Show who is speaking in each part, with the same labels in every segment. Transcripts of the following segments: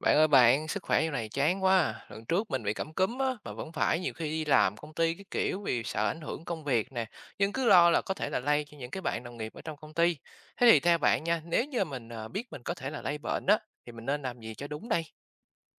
Speaker 1: Bạn ơi bạn, sức khỏe như này chán quá à. Lần trước mình bị cảm cúm á, mà vẫn phải nhiều khi đi làm công ty cái kiểu vì sợ ảnh hưởng công việc nè. Nhưng cứ lo là có thể là lây cho những cái bạn đồng nghiệp ở trong công ty. Thế thì theo bạn nha, nếu như mình biết mình có thể là lây bệnh á, thì mình nên làm gì cho đúng đây?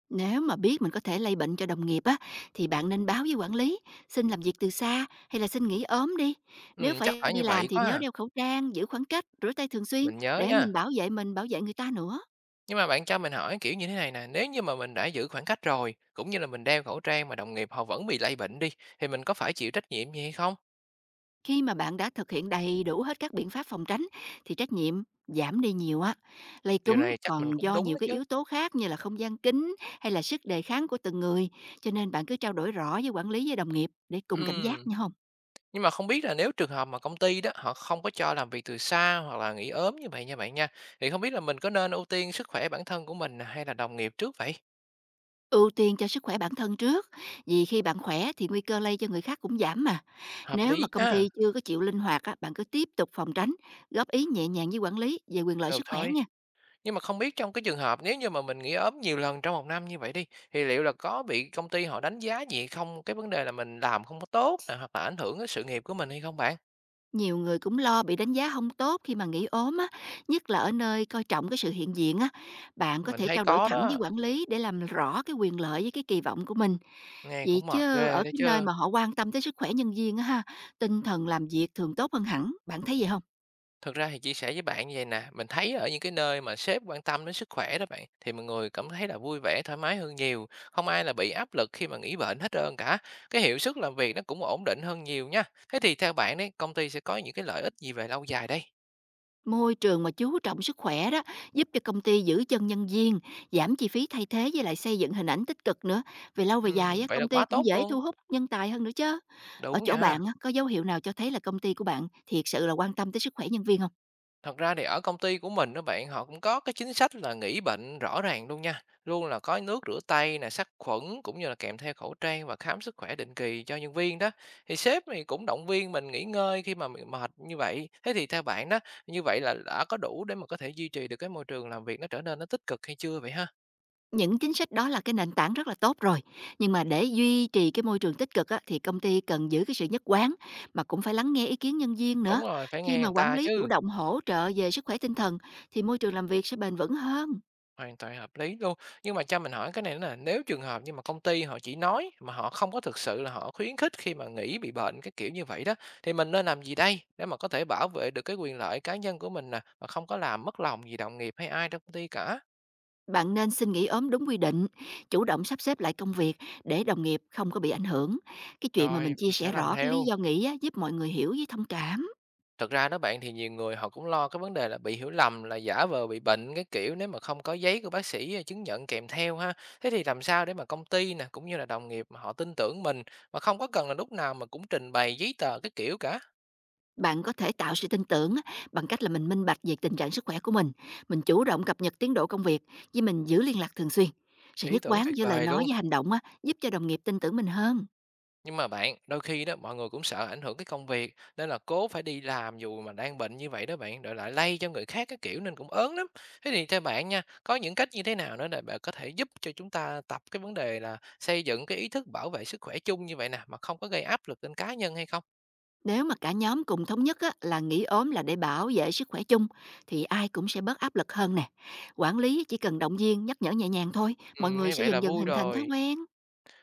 Speaker 2: Nếu mà biết mình có thể lây bệnh cho đồng nghiệp á, thì bạn nên báo với quản lý, xin làm việc từ xa hay là xin nghỉ ốm đi.
Speaker 1: Ừ,
Speaker 2: Nếu
Speaker 1: chắc
Speaker 2: phải
Speaker 1: phải
Speaker 2: đi
Speaker 1: như
Speaker 2: làm
Speaker 1: vậy
Speaker 2: thì
Speaker 1: quá
Speaker 2: nhớ
Speaker 1: à.
Speaker 2: đeo khẩu trang, giữ khoảng cách, rửa tay thường xuyên
Speaker 1: Mình nhớ
Speaker 2: để
Speaker 1: nha.
Speaker 2: mình, bảo vệ người ta nữa.
Speaker 1: Nhưng mà bạn cho mình hỏi kiểu như thế này nè, nếu như mà mình đã giữ khoảng cách rồi, cũng như là mình đeo khẩu trang mà đồng nghiệp họ vẫn bị lây bệnh đi, thì mình có phải chịu trách nhiệm gì hay không?
Speaker 2: Khi mà bạn đã thực hiện đầy đủ hết các biện pháp phòng tránh thì trách nhiệm giảm đi nhiều á. Lây
Speaker 1: Điều
Speaker 2: cúm
Speaker 1: này chắc mình
Speaker 2: còn
Speaker 1: cũng
Speaker 2: do
Speaker 1: đúng
Speaker 2: nhiều
Speaker 1: đó
Speaker 2: cái
Speaker 1: chứ.
Speaker 2: yếu tố khác như là không gian kính hay là sức đề kháng của từng người, cho nên bạn cứ trao đổi rõ với quản lý với đồng nghiệp để cùng cảnh giác
Speaker 1: Ừ.
Speaker 2: nha không?
Speaker 1: Nhưng mà không biết là nếu trường hợp mà công ty đó, họ không có cho làm việc từ xa hoặc là nghỉ ốm như vậy nha bạn nha, thì không biết là mình có nên ưu tiên sức khỏe bản thân của mình hay là đồng nghiệp trước vậy?
Speaker 2: Ưu tiên cho sức khỏe bản thân trước, vì khi bạn khỏe thì nguy cơ lây cho người khác cũng giảm mà.
Speaker 1: Hợp
Speaker 2: Nếu mà
Speaker 1: lý
Speaker 2: công
Speaker 1: nha,
Speaker 2: ty chưa có chịu linh hoạt á, bạn cứ tiếp tục phòng tránh, góp ý nhẹ nhàng với quản lý về quyền lợi
Speaker 1: được
Speaker 2: sức khỏe
Speaker 1: thôi.
Speaker 2: nha.
Speaker 1: Nhưng mà không biết trong cái trường hợp nếu như mà mình nghỉ ốm nhiều lần trong một năm như vậy đi, thì liệu là có bị công ty họ đánh giá gì không? Cái vấn đề là mình làm không có tốt nè, hoặc là ảnh hưởng đến sự nghiệp của mình hay không bạn?
Speaker 2: Nhiều người cũng lo bị đánh giá không tốt khi mà nghỉ ốm á, nhất là ở nơi coi trọng cái sự hiện diện á. Bạn có
Speaker 1: Mình
Speaker 2: thể
Speaker 1: thấy
Speaker 2: trao đổi
Speaker 1: có
Speaker 2: thẳng với
Speaker 1: đó,
Speaker 2: quản lý để làm rõ cái quyền lợi với cái kỳ vọng của mình.
Speaker 1: nghe
Speaker 2: Vậy
Speaker 1: cũng mệt
Speaker 2: chứ
Speaker 1: ghê
Speaker 2: ở
Speaker 1: đó
Speaker 2: cái nơi
Speaker 1: chứ.
Speaker 2: mà họ quan tâm tới sức khỏe nhân viên á ha, tinh thần làm việc thường tốt hơn hẳn, bạn thấy vậy không?
Speaker 1: Thực ra thì chia sẻ với bạn như vậy nè, mình thấy ở những cái nơi mà sếp quan tâm đến sức khỏe đó bạn, thì mọi người cảm thấy là vui vẻ, thoải mái hơn nhiều, không ai là bị áp lực khi mà nghỉ bệnh hết trơn cả. Cái hiệu suất làm việc nó cũng ổn định hơn nhiều nha. Thế thì theo bạn đấy, công ty sẽ có những cái lợi ích gì về lâu dài đây?
Speaker 2: Môi trường mà chú trọng sức khỏe đó giúp cho công ty giữ chân nhân viên, giảm chi phí thay thế với lại xây dựng hình ảnh tích cực nữa. Về lâu về dài á,
Speaker 1: Vậy
Speaker 2: công
Speaker 1: là
Speaker 2: ty
Speaker 1: quá
Speaker 2: cũng
Speaker 1: tốt
Speaker 2: dễ
Speaker 1: luôn.
Speaker 2: thu hút nhân tài hơn nữa chứ. Ở
Speaker 1: Đúng
Speaker 2: chỗ
Speaker 1: nha.
Speaker 2: bạn á, có dấu hiệu nào cho thấy là công ty của bạn thiệt sự là quan tâm tới sức khỏe nhân viên không?
Speaker 1: Thật ra thì ở công ty của mình đó bạn, họ cũng có cái chính sách là nghỉ bệnh rõ ràng luôn nha. Luôn là có nước rửa tay nè, sát khuẩn cũng như là kèm theo khẩu trang và khám sức khỏe định kỳ cho nhân viên đó. Thì sếp thì cũng động viên mình nghỉ ngơi khi mà mình mệt như vậy. Thế thì theo bạn đó, như vậy là đã có đủ để mà có thể duy trì được cái môi trường làm việc nó trở nên tích cực hay chưa vậy ha?
Speaker 2: Những chính sách đó là cái nền tảng rất là tốt rồi. Nhưng mà để duy trì cái môi trường tích cực á, thì công ty cần giữ cái sự nhất quán mà cũng phải lắng nghe ý kiến nhân viên nữa.
Speaker 1: Đúng rồi, phải
Speaker 2: Khi
Speaker 1: nghe
Speaker 2: mà
Speaker 1: người
Speaker 2: quản
Speaker 1: ta
Speaker 2: lý chủ
Speaker 1: chứ.
Speaker 2: động hỗ trợ về sức khỏe tinh thần thì môi trường làm việc sẽ bền vững hơn.
Speaker 1: Hoàn toàn hợp lý luôn. Nhưng mà cho mình hỏi cái này nữa nè, nếu trường hợp nhưng mà công ty họ chỉ nói mà họ không có thực sự là họ khuyến khích khi mà nghỉ bị bệnh cái kiểu như vậy đó, thì mình nên làm gì đây để mà có thể bảo vệ được cái quyền lợi cá nhân của mình nè, mà không có làm mất lòng gì đồng nghiệp hay ai trong công ty cả?
Speaker 2: Bạn nên xin nghỉ ốm đúng quy định, chủ động sắp xếp lại công việc để đồng nghiệp không có bị ảnh hưởng. Cái chuyện mà
Speaker 1: Rồi,
Speaker 2: mình chia
Speaker 1: mình
Speaker 2: sẻ
Speaker 1: sẽ làm
Speaker 2: rõ cái lý
Speaker 1: theo.
Speaker 2: do nghỉ á, giúp mọi người hiểu với thông cảm.
Speaker 1: Thật ra đó bạn thì nhiều người họ cũng lo cái vấn đề là bị hiểu lầm là giả vờ bị bệnh cái kiểu nếu mà không có giấy của bác sĩ, chứng nhận kèm theo ha. Thế thì làm sao để mà công ty nè cũng như là đồng nghiệp mà họ tin tưởng mình mà không có cần là lúc nào mà cũng trình bày giấy tờ cái kiểu cả.
Speaker 2: Bạn có thể tạo sự tin tưởng á, bằng cách là mình minh bạch về tình trạng sức khỏe của mình chủ động cập nhật tiến độ công việc, với mình giữ liên lạc thường xuyên. Sự
Speaker 1: Ý
Speaker 2: nhất
Speaker 1: tưởng
Speaker 2: quán
Speaker 1: tuyệt
Speaker 2: giữa lời
Speaker 1: vời
Speaker 2: nói
Speaker 1: luôn.
Speaker 2: với hành động á, giúp cho đồng nghiệp tin tưởng mình hơn.
Speaker 1: Nhưng mà bạn, đôi khi đó mọi người cũng sợ ảnh hưởng cái công việc nên là cố phải đi làm dù mà đang bệnh như vậy đó bạn, rồi lại lây cho người khác cái kiểu nên cũng ớn lắm. Thế thì theo bạn nha, có những cách như thế nào nữa để bạn có thể giúp cho chúng ta tập cái vấn đề là xây dựng cái ý thức bảo vệ sức khỏe chung như vậy nè mà không có gây áp lực lên cá nhân hay không?
Speaker 2: Nếu mà cả nhóm cùng thống nhất á, là nghỉ ốm là để bảo vệ sức khỏe chung thì ai cũng sẽ bớt áp lực hơn nè. Quản lý chỉ cần động viên, nhắc nhở nhẹ nhàng thôi,
Speaker 1: Ừ,
Speaker 2: mọi người
Speaker 1: nghe
Speaker 2: sẽ
Speaker 1: vậy là
Speaker 2: dần dần
Speaker 1: vui
Speaker 2: hình thành thói
Speaker 1: rồi.
Speaker 2: quen.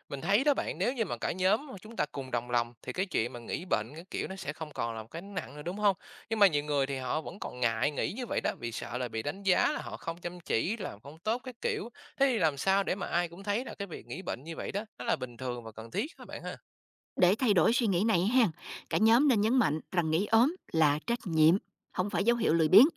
Speaker 1: Mình thấy đó bạn, nếu như mà cả nhóm mà chúng ta cùng đồng lòng thì cái chuyện mà nghỉ bệnh cái kiểu nó sẽ không còn là một cái nặng nữa đúng không? Nhưng mà nhiều người thì họ vẫn còn ngại nghỉ như vậy đó vì sợ là bị đánh giá là họ không chăm chỉ, làm không tốt cái kiểu. Thế thì làm sao để mà ai cũng thấy là cái việc nghỉ bệnh như vậy đó nó là bình thường và cần thiết các bạn ha.
Speaker 2: Để thay đổi suy nghĩ này ha, cả nhóm nên nhấn mạnh rằng nghỉ ốm là trách nhiệm, không phải dấu hiệu lười biếng.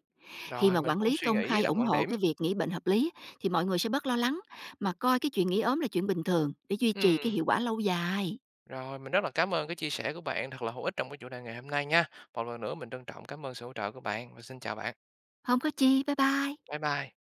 Speaker 2: Khi
Speaker 1: Rồi
Speaker 2: mà
Speaker 1: mình
Speaker 2: quản
Speaker 1: cũng
Speaker 2: lý
Speaker 1: suy
Speaker 2: công
Speaker 1: nghĩ
Speaker 2: khai
Speaker 1: đồng
Speaker 2: ủng
Speaker 1: quan
Speaker 2: hộ
Speaker 1: điểm.
Speaker 2: cái việc nghỉ bệnh hợp lý thì mọi người sẽ bớt lo lắng mà coi cái chuyện nghỉ ốm là chuyện bình thường để duy trì cái
Speaker 1: Ừm,
Speaker 2: hiệu quả lâu dài.
Speaker 1: Rồi mình rất là cảm ơn cái chia sẻ của bạn thật là hữu ích trong cái chủ đề ngày hôm nay nha. Một lần nữa mình trân trọng cảm ơn sự hỗ trợ của bạn và xin chào bạn.
Speaker 2: Không có chi, bye bye.
Speaker 1: Bye bye.